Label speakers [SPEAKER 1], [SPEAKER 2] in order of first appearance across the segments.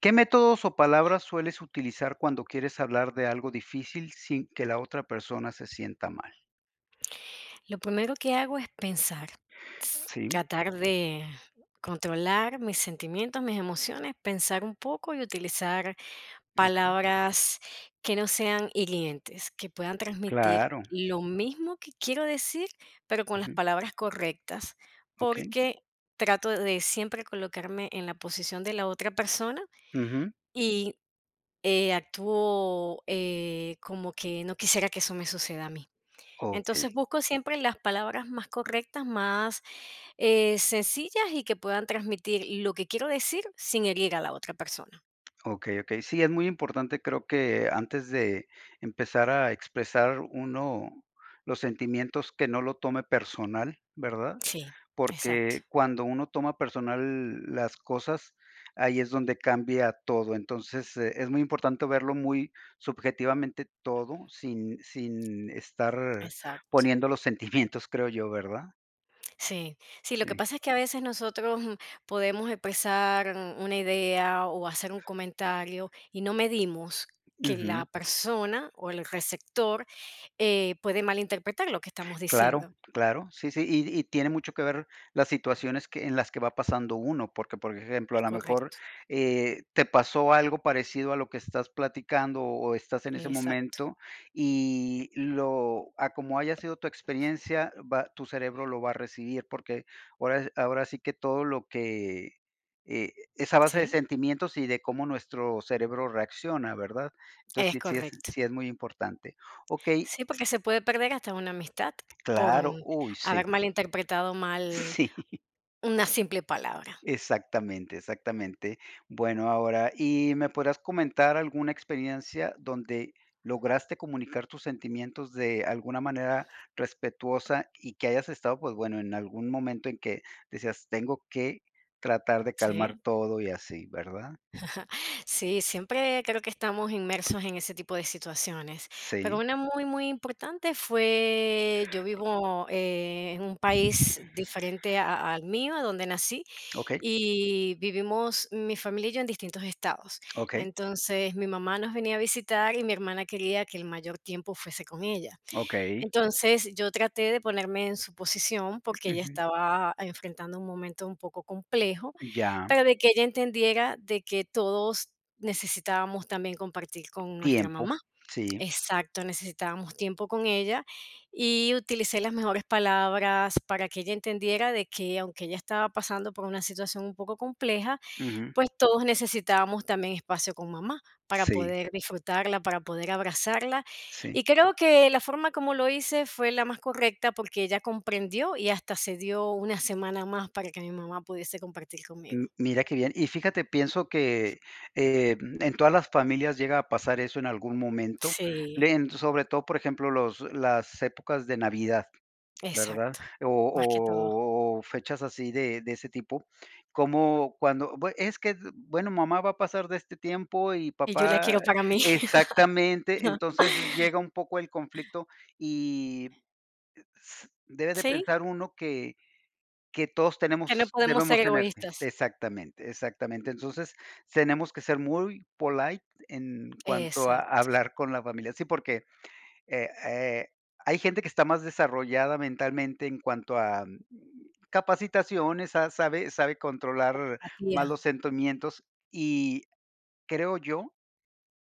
[SPEAKER 1] ¿Qué métodos o palabras sueles utilizar cuando quieres hablar de algo difícil sin que la otra persona se sienta mal?
[SPEAKER 2] Lo primero que hago es pensar,
[SPEAKER 1] Sí,
[SPEAKER 2] tratar de controlar mis sentimientos, mis emociones, pensar un poco y utilizar
[SPEAKER 1] okey,
[SPEAKER 2] palabras que no sean hirientes, que puedan transmitir
[SPEAKER 1] claro,
[SPEAKER 2] lo mismo que quiero decir, pero con las
[SPEAKER 1] ujú,
[SPEAKER 2] palabras correctas,
[SPEAKER 1] okey,
[SPEAKER 2] porque trato de siempre colocarme en la posición de la otra persona
[SPEAKER 1] ujú,
[SPEAKER 2] y actúo como que no quisiera que eso me suceda a mí.
[SPEAKER 1] okey,
[SPEAKER 2] Entonces busco siempre las palabras más correctas, más, sencillas y que puedan transmitir lo que quiero decir sin herir a la otra persona.
[SPEAKER 1] okey, okey. Sí, es muy importante, creo que antes de empezar a expresar uno los sentimientos, que no lo tome personal, ¿verdad?
[SPEAKER 2] Sí, exacto,
[SPEAKER 1] Porque cuando uno toma personal las cosas, ahí es donde cambia todo. Entonces, es muy importante verlo muy subjetivamente todo, sin estar
[SPEAKER 2] exacto.
[SPEAKER 1] poniendo los sentimientos, creo yo, ¿verdad?
[SPEAKER 2] Sí, sí, lo que
[SPEAKER 1] Sí.
[SPEAKER 2] pasa es que a veces nosotros, podemos expresar una idea o hacer un comentario y no medimos que
[SPEAKER 1] Ujú.
[SPEAKER 2] la persona o el receptor, puede malinterpretar lo que estamos
[SPEAKER 1] Claro,
[SPEAKER 2] diciendo.
[SPEAKER 1] claro, sí, sí, y tiene mucho que ver las situaciones que en las que va pasando uno, porque, por ejemplo, a
[SPEAKER 2] Es
[SPEAKER 1] lo mejor,
[SPEAKER 2] correcto,
[SPEAKER 1] te pasó algo parecido a lo que estás platicando o estás en ese
[SPEAKER 2] exacto.
[SPEAKER 1] momento y lo a como haya sido tu experiencia, va tu cerebro lo va a recibir, porque ahora sí que todo lo que, es a base de
[SPEAKER 2] Sí,
[SPEAKER 1] sentimientos y de cómo nuestro cerebro reacciona, ¿verdad? Entonces,
[SPEAKER 2] es
[SPEAKER 1] sí sí es
[SPEAKER 2] correcto.
[SPEAKER 1] sí es muy importante. Okey,
[SPEAKER 2] Sí, porque se puede perder hasta una amistad por
[SPEAKER 1] claro,
[SPEAKER 2] un
[SPEAKER 1] uy,
[SPEAKER 2] haber
[SPEAKER 1] sí.
[SPEAKER 2] malinterpretado mal
[SPEAKER 1] Sí,
[SPEAKER 2] una simple palabra.
[SPEAKER 1] exactamente, exactamente. Bueno, ahora, ¿y me podrás comentar alguna experiencia donde lograste comunicar tus sentimientos de alguna manera respetuosa y que hayas estado, pues bueno, en algún momento en que decías, tengo que tratar de calmar
[SPEAKER 2] Sí,
[SPEAKER 1] todo y así, ¿verdad?
[SPEAKER 2] sí, siempre creo que estamos inmersos en ese tipo de situaciones. Pero
[SPEAKER 1] Sí.
[SPEAKER 2] una muy, muy importante fue, yo vivo en un país diferente al mío, a donde nací,
[SPEAKER 1] Ok,
[SPEAKER 2] y vivimos mi familia y yo en distintos estados.
[SPEAKER 1] ok,
[SPEAKER 2] Entonces mi mamá nos venía a visitar y mi hermana quería que el mayor tiempo fuese con ella.
[SPEAKER 1] ok.
[SPEAKER 2] Entonces, yo traté de ponerme en su posición, porque ella
[SPEAKER 1] Ujú.
[SPEAKER 2] estaba enfrentando un momento un poco complejo,
[SPEAKER 1] Ya.
[SPEAKER 2] pero de que ella entendiera de que todos necesitábamos también compartir con nuestra
[SPEAKER 1] Tiempo.
[SPEAKER 2] mamá.
[SPEAKER 1] Sí.
[SPEAKER 2] Exacto, necesitábamos tiempo con ella y utilicé las mejores palabras para que ella entendiera de que aunque ella estaba pasando por una situación un poco compleja,
[SPEAKER 1] Ujú.
[SPEAKER 2] pues todos necesitábamos también espacio con mamá para
[SPEAKER 1] Sí,
[SPEAKER 2] poder disfrutarla, para poder abrazarla.
[SPEAKER 1] sí.
[SPEAKER 2] Y creo que la forma como lo hice fue la más correcta porque ella comprendió y hasta se dio una semana más para que mi mamá pudiese compartir
[SPEAKER 1] M
[SPEAKER 2] conmigo.
[SPEAKER 1] mira qué bien. Y fíjate, pienso que, en todas las familias llega a pasar eso en algún momento,
[SPEAKER 2] Sí,
[SPEAKER 1] le en sobre todo, por ejemplo, los las épocas de Navidad, ¿verdad?
[SPEAKER 2] exacto,
[SPEAKER 1] O
[SPEAKER 2] más que todo.
[SPEAKER 1] o o fechas así de ese tipo, como cuando bue es que, bueno, mamá va a pasar de este tiempo y
[SPEAKER 2] Y yo la
[SPEAKER 1] papá
[SPEAKER 2] quiero para mí.
[SPEAKER 1] exactamente, entonces llega un poco el conflicto y s debe de
[SPEAKER 2] Sí,
[SPEAKER 1] pensar uno que todos
[SPEAKER 2] que no
[SPEAKER 1] tenemos
[SPEAKER 2] podemos
[SPEAKER 1] debemos
[SPEAKER 2] ser
[SPEAKER 1] tener.
[SPEAKER 2] egoístas.
[SPEAKER 1] Exactamente, exactamente. Entonces, tenemos que ser muy polite en cuanto a
[SPEAKER 2] Exacto,
[SPEAKER 1] hablar con la familia. Sí, porque, eh eh, hay gente que está más desarrollada mentalmente en cuanto a, capacitaciones, sa sabe controlar más
[SPEAKER 2] empatía.
[SPEAKER 1] los sentimientos, y creo yo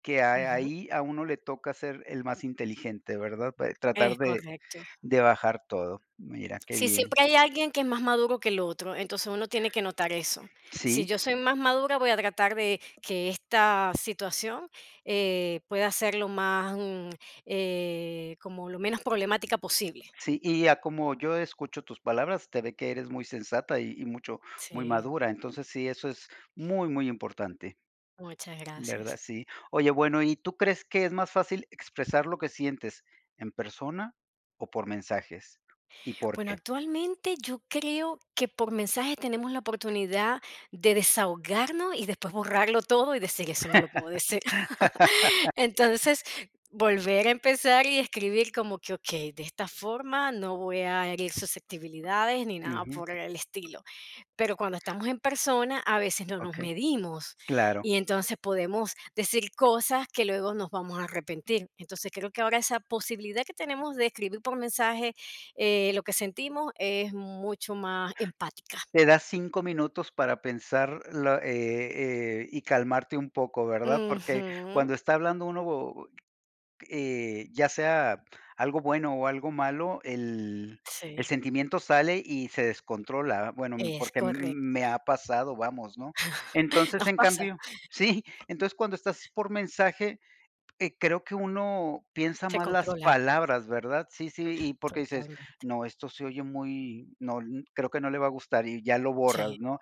[SPEAKER 1] que a
[SPEAKER 2] Ujú,
[SPEAKER 1] ahí a uno le toca ser el más inteligente, ¿verdad? Pe tratar
[SPEAKER 2] es correcto.
[SPEAKER 1] de bajar todo. Mira, qué
[SPEAKER 2] Si
[SPEAKER 1] bien.
[SPEAKER 2] siempre hay alguien que es más maduro que el otro, entonces uno tiene que notar eso. Si
[SPEAKER 1] Sí.
[SPEAKER 2] yo soy más madura, voy a tratar de que esta situación pueda ser lo más, como lo menos problemática posible.
[SPEAKER 1] Sí, y a como yo escucho tus palabras, te ve que eres muy sensata y mucho muy
[SPEAKER 2] Sí,
[SPEAKER 1] madura. Entonces, sí, eso es muy, muy importante,
[SPEAKER 2] muchas
[SPEAKER 1] ¿verdad?
[SPEAKER 2] gracias.
[SPEAKER 1] Sí. Oye, bueno, ¿y tú crees que es más fácil expresar lo que sientes en persona o por mensajes? ¿Y por
[SPEAKER 2] Bueno,
[SPEAKER 1] qué?
[SPEAKER 2] actualmente yo creo que por mensajes tenemos la oportunidad de desahogarnos y después borrarlo todo y decir, eso no lo puedo decir. Entonces, volver a empezar y escribir como que, ok, de esta forma no voy a herir susceptibilidades ni nada
[SPEAKER 1] Ujú,
[SPEAKER 2] por el estilo. Pero cuando estamos en persona, a veces no nos
[SPEAKER 1] okey.
[SPEAKER 2] medimos
[SPEAKER 1] Claro.
[SPEAKER 2] y entonces podemos decir cosas que luego nos vamos a arrepentir. Entonces creo que ahora esa posibilidad que tenemos de escribir por mensaje, lo que sentimos es mucho más empática.
[SPEAKER 1] Te das 5 minutos para pensar la y calmarte un poco, ¿verdad? Porque
[SPEAKER 2] Ujú.
[SPEAKER 1] cuando está hablando uno, ya sea algo bueno o algo malo, el
[SPEAKER 2] Sí,
[SPEAKER 1] sentimiento sale y se descontrola, bueno, m-
[SPEAKER 2] es
[SPEAKER 1] porque m-
[SPEAKER 2] correcto.
[SPEAKER 1] me ha pasado, vamos, ¿no? Entonces,
[SPEAKER 2] Nos
[SPEAKER 1] en
[SPEAKER 2] pasa,
[SPEAKER 1] cambio sí, entonces, cuando estás por mensaje, creo que uno piensa
[SPEAKER 2] se
[SPEAKER 1] más las
[SPEAKER 2] controla
[SPEAKER 1] palabras, ¿verdad? Sí, sí, y porque dices:
[SPEAKER 2] totalmente.
[SPEAKER 1] "No, esto se oye muy no, n creo que no le va a gustar", y ya lo borras,
[SPEAKER 2] Sí,
[SPEAKER 1] ¿no?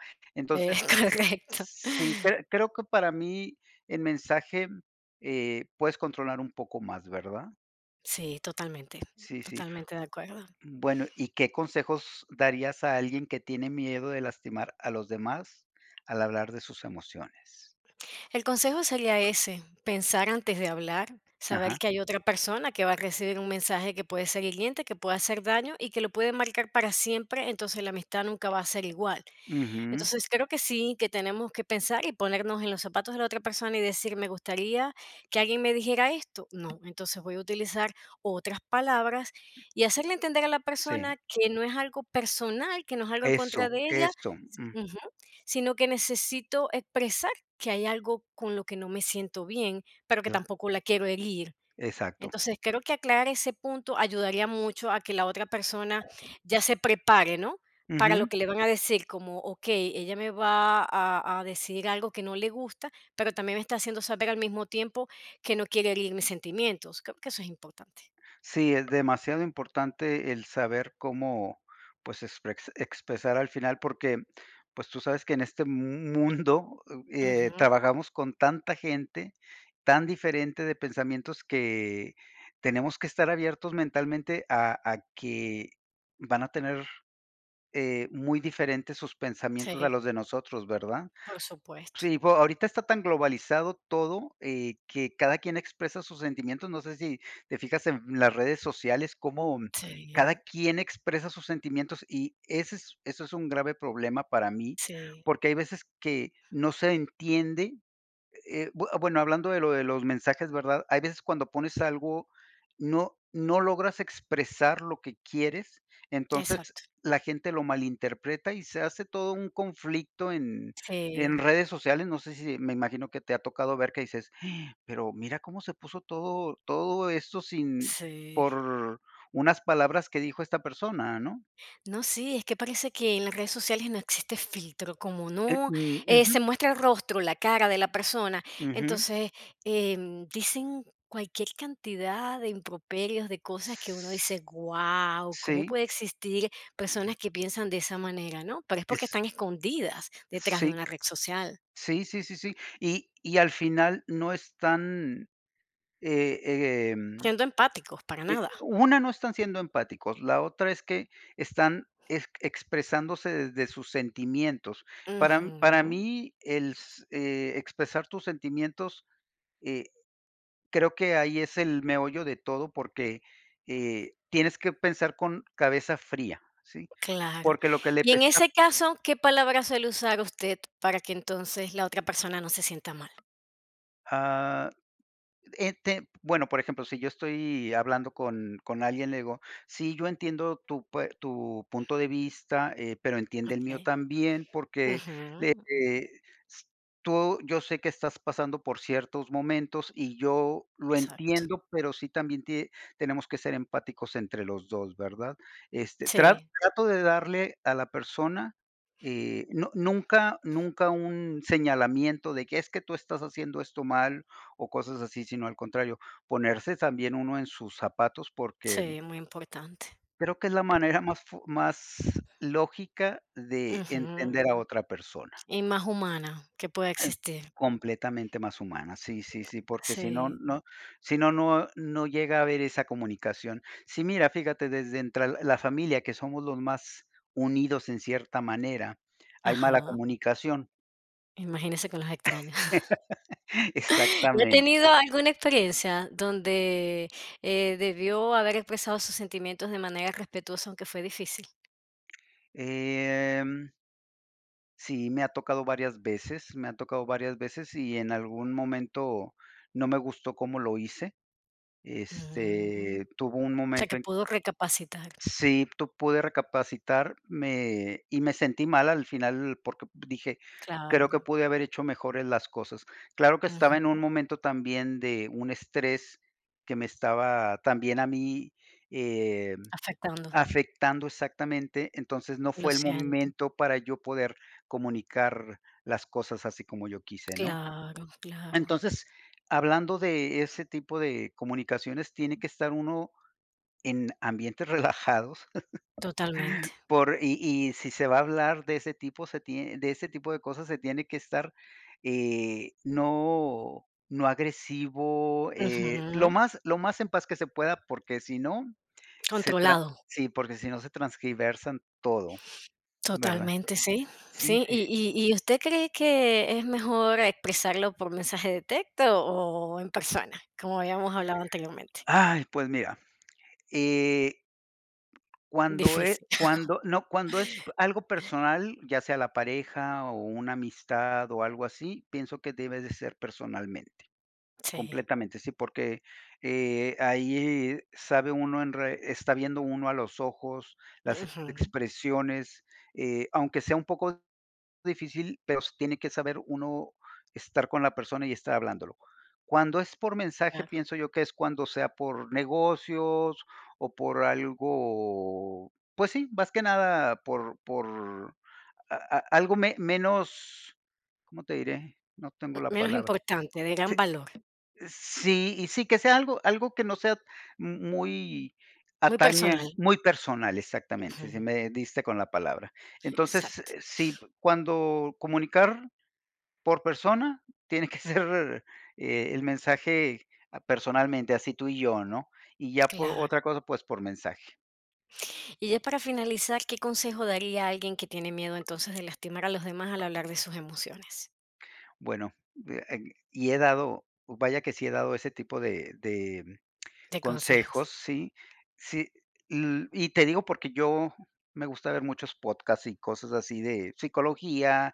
[SPEAKER 2] es
[SPEAKER 1] Entonces, s
[SPEAKER 2] correcto.
[SPEAKER 1] sí, cre creo que para mí el mensaje, puedes controlar un poco más, ¿verdad?
[SPEAKER 2] Sí, totalmente,
[SPEAKER 1] Sí, sí.
[SPEAKER 2] totalmente de acuerdo.
[SPEAKER 1] Bueno, ¿y qué consejos darías a alguien que tiene miedo de lastimar a los demás al hablar de sus emociones?
[SPEAKER 2] El consejo sería ese, pensar antes de hablar, saber
[SPEAKER 1] Ajá.
[SPEAKER 2] que hay otra persona que va a recibir un mensaje que puede ser hiriente, que puede hacer daño y que lo puede marcar para siempre, entonces la amistad nunca va a ser igual.
[SPEAKER 1] Ujú.
[SPEAKER 2] Entonces, creo que sí, que tenemos que pensar y ponernos en los zapatos de la otra persona y decir, me gustaría que alguien me dijera esto. No, entonces voy a utilizar otras palabras y hacerle entender a la
[SPEAKER 1] Sí,
[SPEAKER 2] persona que no es algo personal, que no es algo en
[SPEAKER 1] eso,
[SPEAKER 2] contra de ella,
[SPEAKER 1] eso.
[SPEAKER 2] ujú, sino que necesito expresar que hay algo con lo que no me siento bien, pero que
[SPEAKER 1] Cla
[SPEAKER 2] tampoco la quiero herir.
[SPEAKER 1] exacto.
[SPEAKER 2] Entonces, creo que aclarar ese punto ayudaría mucho a que la otra persona ya se prepare, ¿no? Para lo
[SPEAKER 1] Ujú.
[SPEAKER 2] que le van a decir, como, ok, ella me va a decir algo que no le gusta, pero también me está haciendo saber al mismo tiempo que no quiere herir mis sentimientos. Creo que eso es importante.
[SPEAKER 1] Sí, es demasiado importante el saber cómo, pues, exprex expresar al final, porque, pues, tú sabes que en este mu mundo,
[SPEAKER 2] Ujú,
[SPEAKER 1] trabajamos con tanta gente tan diferente de pensamientos que tenemos que estar abiertos mentalmente a que van a tener, muy diferentes sus pensamientos a
[SPEAKER 2] sí,
[SPEAKER 1] los de nosotros, ¿verdad?
[SPEAKER 2] por supuesto.
[SPEAKER 1] Sí, pues, ahorita está tan globalizado todo, que cada quien expresa sus sentimientos. No sé si te fijas en las redes sociales, cómo
[SPEAKER 2] Sí,
[SPEAKER 1] cada quien expresa sus sentimientos, y ese es eso es un grave problema para mí,
[SPEAKER 2] sí,
[SPEAKER 1] porque hay veces que no se entiende bue bueno, hablando de lo de los mensajes, ¿verdad? Hay veces cuando pones algo, no no logras expresar lo que quieres, entonces
[SPEAKER 2] exacto.
[SPEAKER 1] la gente lo malinterpreta y se hace todo un conflicto
[SPEAKER 2] Sí,
[SPEAKER 1] en redes sociales. No sé si me imagino que te ha tocado ver que dices: "Pero mira cómo se puso todo esto sin
[SPEAKER 2] sí.
[SPEAKER 1] por unas palabras que dijo esta persona", ¿no?
[SPEAKER 2] No, sí, es que parece que en las redes sociales no existe filtro, como no
[SPEAKER 1] Ujú,
[SPEAKER 2] se muestra el rostro, la cara de la persona,
[SPEAKER 1] ujú.
[SPEAKER 2] entonces dicen cualquier cantidad de improperios, de cosas que uno dice, wow, ¿cómo
[SPEAKER 1] Sí,
[SPEAKER 2] puede existir personas que piensan de esa manera, no? Pero es porque
[SPEAKER 1] es
[SPEAKER 2] están escondidas detrás de
[SPEAKER 1] sí.
[SPEAKER 2] una red social,
[SPEAKER 1] Sí, sí, sí, sí. Y al final no están, eh, eh, em,
[SPEAKER 2] siendo empáticos, para nada.
[SPEAKER 1] una no están siendo empáticos, la otra es que están ex expresándose desde sus sentimientos. Para m- para
[SPEAKER 2] Ujú,
[SPEAKER 1] mí, el s expresar tus sentimientos, eh, creo que ahí es el meollo de todo, porque, tienes que pensar con cabeza fría, ¿sí?
[SPEAKER 2] claro.
[SPEAKER 1] Porque lo que le
[SPEAKER 2] Y en
[SPEAKER 1] pesta
[SPEAKER 2] ese caso, ¿qué palabra suele usar usted para que entonces la otra persona no se sienta mal?
[SPEAKER 1] Te bueno, por ejemplo, si yo estoy hablando con alguien, le digo: "Sí, yo entiendo tu pue tu punto de vista, pero entiende el mío
[SPEAKER 2] Ok.
[SPEAKER 1] también, porque le
[SPEAKER 2] Ujú,
[SPEAKER 1] s tú yo sé que estás pasando por ciertos momentos y yo lo
[SPEAKER 2] exacto.
[SPEAKER 1] entiendo, pero sí también tie tenemos que ser empáticos entre los 2, ¿verdad?". Este, tra
[SPEAKER 2] Sí,
[SPEAKER 1] trato de darle a la persona, no nunca un señalamiento de que: "Es que tú estás haciendo esto mal o cosas así, sino al contrario, ponerse también uno en sus zapatos, porque
[SPEAKER 2] sí, muy importante.
[SPEAKER 1] creo que es la manera más fu más lógica de
[SPEAKER 2] Ujú,
[SPEAKER 1] entender a otra persona,
[SPEAKER 2] y más humana que pueda existir.
[SPEAKER 1] completamente más humana. Sí, sí, sí, porque si no
[SPEAKER 2] Sí,
[SPEAKER 1] no si no no no llega a haber esa comunicación. Sí, mira, fíjate, desde entre la familia, que somos los más unidos en cierta manera, hay mala
[SPEAKER 2] ajá,
[SPEAKER 1] comunicación.
[SPEAKER 2] imagínese con los extraños. ¿Y ha
[SPEAKER 1] Exactamente.
[SPEAKER 2] tenido alguna experiencia donde, debió haber expresado sus sentimientos de manera respetuosa, aunque fue difícil?
[SPEAKER 1] Em Sí, me ha tocado varias veces, me ha tocado varias veces y en algún momento no me gustó cómo lo hice.
[SPEAKER 2] Mm,
[SPEAKER 1] Este,
[SPEAKER 2] o
[SPEAKER 1] tuvo un
[SPEAKER 2] sea,
[SPEAKER 1] momento
[SPEAKER 2] que
[SPEAKER 1] en
[SPEAKER 2] pudo recapacitar.
[SPEAKER 1] sí, tu pude recapacitar, me y me sentí mal al final porque dije:
[SPEAKER 2] Claro,
[SPEAKER 1] "Creo que pude haber hecho mejores las cosas". Claro que estaba
[SPEAKER 2] ujú,
[SPEAKER 1] en un momento también de un estrés que me estaba también a mí, eh
[SPEAKER 2] afectando,
[SPEAKER 1] afectando exactamente, entonces no
[SPEAKER 2] lo
[SPEAKER 1] fue el
[SPEAKER 2] siento.
[SPEAKER 1] momento para yo poder comunicar las cosas así como yo quise, ¿no?
[SPEAKER 2] Claro, claro,
[SPEAKER 1] Entonces, hablando de ese tipo de comunicaciones, tiene que estar uno en ambientes relajados,
[SPEAKER 2] totalmente.
[SPEAKER 1] por y si se va a hablar de ese tipo, se tie de ese tipo de cosas, se tiene que estar, no no agresivo, lo
[SPEAKER 2] Ujú,
[SPEAKER 1] más lo más en paz que se pueda, porque si no, se tra
[SPEAKER 2] controlado.
[SPEAKER 1] sí, porque si no se transgiversan todo. ¿Verdad?
[SPEAKER 2] Totalmente, sí,
[SPEAKER 1] Sí,
[SPEAKER 2] sí.
[SPEAKER 1] sí.
[SPEAKER 2] ¿Y y usted cree que es mejor expresarlo por mensaje de texto o en persona? Como habíamos hablado anteriormente.
[SPEAKER 1] Ay, pues mira, eh, cuando es
[SPEAKER 2] Difícil.
[SPEAKER 1] cuando no, cuando es p- algo personal, ya sea la pareja o una amistad o algo así, pienso que debe de ser personalmente,
[SPEAKER 2] Sí.
[SPEAKER 1] completamente, sí, porque, ahí sabe uno en re está viendo uno a los ojos, las
[SPEAKER 2] Ujú,
[SPEAKER 1] expresiones, aunque sea un poco difícil, pero s tiene que saber uno estar con la persona y estar hablándolo. Cuando es por mensaje,
[SPEAKER 2] claro.
[SPEAKER 1] pienso yo que es cuando sea por negocios o por algo, pues sí, más que nada por por a algo me menos, ¿cómo te diré? No tengo la
[SPEAKER 2] Menos
[SPEAKER 1] palabra.
[SPEAKER 2] importante, de gran
[SPEAKER 1] Se
[SPEAKER 2] valor.
[SPEAKER 1] sí, y sí, que sea algo algo que no sea muy
[SPEAKER 2] Muy
[SPEAKER 1] ataña,
[SPEAKER 2] personal.
[SPEAKER 1] muy personal, exactamente, si
[SPEAKER 2] Ujú,
[SPEAKER 1] me diste con la palabra. Entonces,
[SPEAKER 2] exacto.
[SPEAKER 1] sí, cuando comunicar por persona, tiene que ser, el mensaje, personalmente, así tú y yo, ¿no? Y ya por
[SPEAKER 2] Claro.
[SPEAKER 1] otra cosa, pues, por mensaje.
[SPEAKER 2] Y ya para finalizar, ¿qué consejo daría a alguien que tiene miedo entonces de lastimar a los demás al hablar de sus emociones?
[SPEAKER 1] Bueno, de en y he dado, vaya que sí he dado ese tipo de
[SPEAKER 2] De
[SPEAKER 1] consejos,
[SPEAKER 2] consejos.
[SPEAKER 1] ¿sí? Sí, l y te digo porque yo me gusta ver muchos podcasts y cosas así de psicología,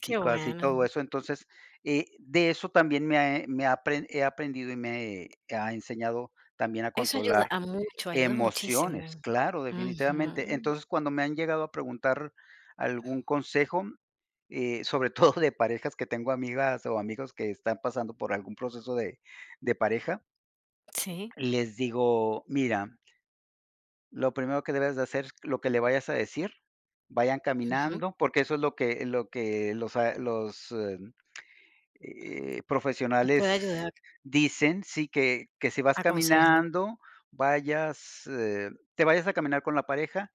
[SPEAKER 2] Qué
[SPEAKER 1] y
[SPEAKER 2] bueno.
[SPEAKER 1] todo eso. Entonces, de eso también me ha apren he aprendido y me ha enseñado también a
[SPEAKER 2] Eso ayuda
[SPEAKER 1] controlar
[SPEAKER 2] a mucho, ayuda muchísimo.
[SPEAKER 1] emociones, claro, definitivamente.
[SPEAKER 2] Ujú.
[SPEAKER 1] Entonces, cuando me han llegado a preguntar algún consejo, sobre todo de parejas que tengo amigas o amigos que están pasando por algún proceso de pareja,
[SPEAKER 2] Sí,
[SPEAKER 1] les digo: "Mira, lo primero que debes de hacer, es lo que le vayas a decir, vayan
[SPEAKER 2] ujú,
[SPEAKER 1] caminando", porque eso es lo que los a los, em,
[SPEAKER 2] los puede
[SPEAKER 1] profesionales
[SPEAKER 2] ayudar,
[SPEAKER 1] dicen, sí, que si vas
[SPEAKER 2] aconsejan.
[SPEAKER 1] caminando, vayas, te vayas a caminar con la pareja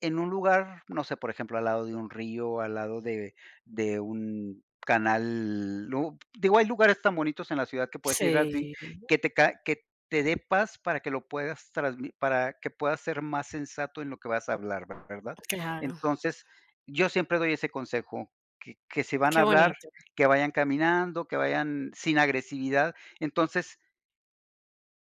[SPEAKER 1] en un lugar, no sé, por ejemplo, al lado de un río, al lado de un canal, lu digo, hay lugares tan bonitos en la ciudad que puedes ir así,
[SPEAKER 2] Sí,
[SPEAKER 1] que te ca que te dé paz para que lo puedas transmi para que puedas ser más sensato en lo que vas a hablar, ver- ¿verdad?
[SPEAKER 2] claro,
[SPEAKER 1] Entonces, yo siempre doy ese consejo, que si van a
[SPEAKER 2] qué
[SPEAKER 1] hablar,
[SPEAKER 2] bonito.
[SPEAKER 1] que vayan caminando, que vayan sin agresividad. Entonces,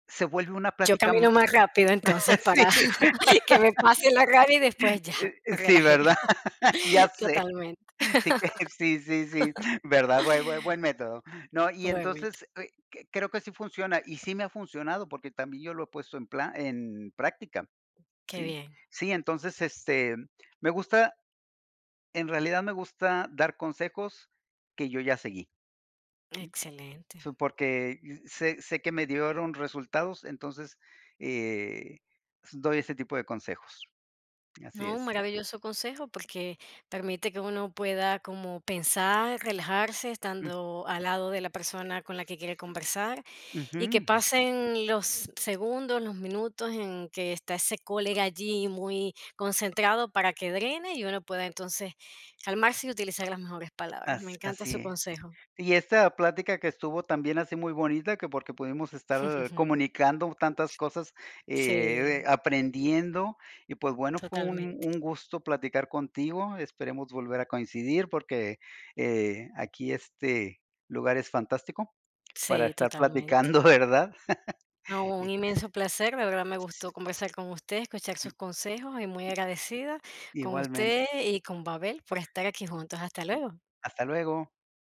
[SPEAKER 1] se vuelve una
[SPEAKER 2] Yo
[SPEAKER 1] plática
[SPEAKER 2] camino
[SPEAKER 1] ma
[SPEAKER 2] más rápido entonces
[SPEAKER 1] sí,
[SPEAKER 2] para que me pase la rabia y después ya, me
[SPEAKER 1] sí,
[SPEAKER 2] relajé
[SPEAKER 1] ¿verdad? Ya sé.
[SPEAKER 2] totalmente,
[SPEAKER 1] Sí que sí, sí, sí, ¿verdad? Buen método. No, y
[SPEAKER 2] obviamente.
[SPEAKER 1] entonces, que creo que sí funciona, y sí me ha funcionado, porque también yo lo he puesto en plan, en práctica,
[SPEAKER 2] Qué
[SPEAKER 1] sí.
[SPEAKER 2] bien,
[SPEAKER 1] Sí, entonces, este, me gusta en realidad me gusta dar consejos que yo ya seguí,
[SPEAKER 2] excelente.
[SPEAKER 1] so, porque sé que me dieron resultados, entonces, eh, doy ese tipo de consejos. Así
[SPEAKER 2] No, un
[SPEAKER 1] es.
[SPEAKER 2] maravilloso consejo porque permite que uno pueda como pensar, relajarse
[SPEAKER 1] Mm,
[SPEAKER 2] estando al lado de la persona con la que quiere conversar. Y que
[SPEAKER 1] ujú,
[SPEAKER 2] pasen los segundos, los minutos en que está ese colega allí muy concentrado para que drene y uno pueda entonces calmarse y utilizar las mejores palabras. Me
[SPEAKER 1] as
[SPEAKER 2] encanta
[SPEAKER 1] así
[SPEAKER 2] su
[SPEAKER 1] es.
[SPEAKER 2] consejo.
[SPEAKER 1] Y esta plática que estuvo también así muy bonita, que porque pudimos estar comunicando tantas cosas,
[SPEAKER 2] Sí,
[SPEAKER 1] aprendiendo. Y pues bueno, fue
[SPEAKER 2] totalmente.
[SPEAKER 1] un gusto platicar contigo. Esperemos volver a coincidir porque, aquí este lugar es fantástico para
[SPEAKER 2] Sí,
[SPEAKER 1] estar
[SPEAKER 2] totalmente.
[SPEAKER 1] platicando, ¿verdad?
[SPEAKER 2] No,
[SPEAKER 1] Y
[SPEAKER 2] un inmenso placer, de verdad me gustó conversar con usted, escuchar sus consejos y muy agradecida con
[SPEAKER 1] igualmente.
[SPEAKER 2] usted y con Babel por estar aquí juntos. Hasta luego.
[SPEAKER 1] Hasta luego.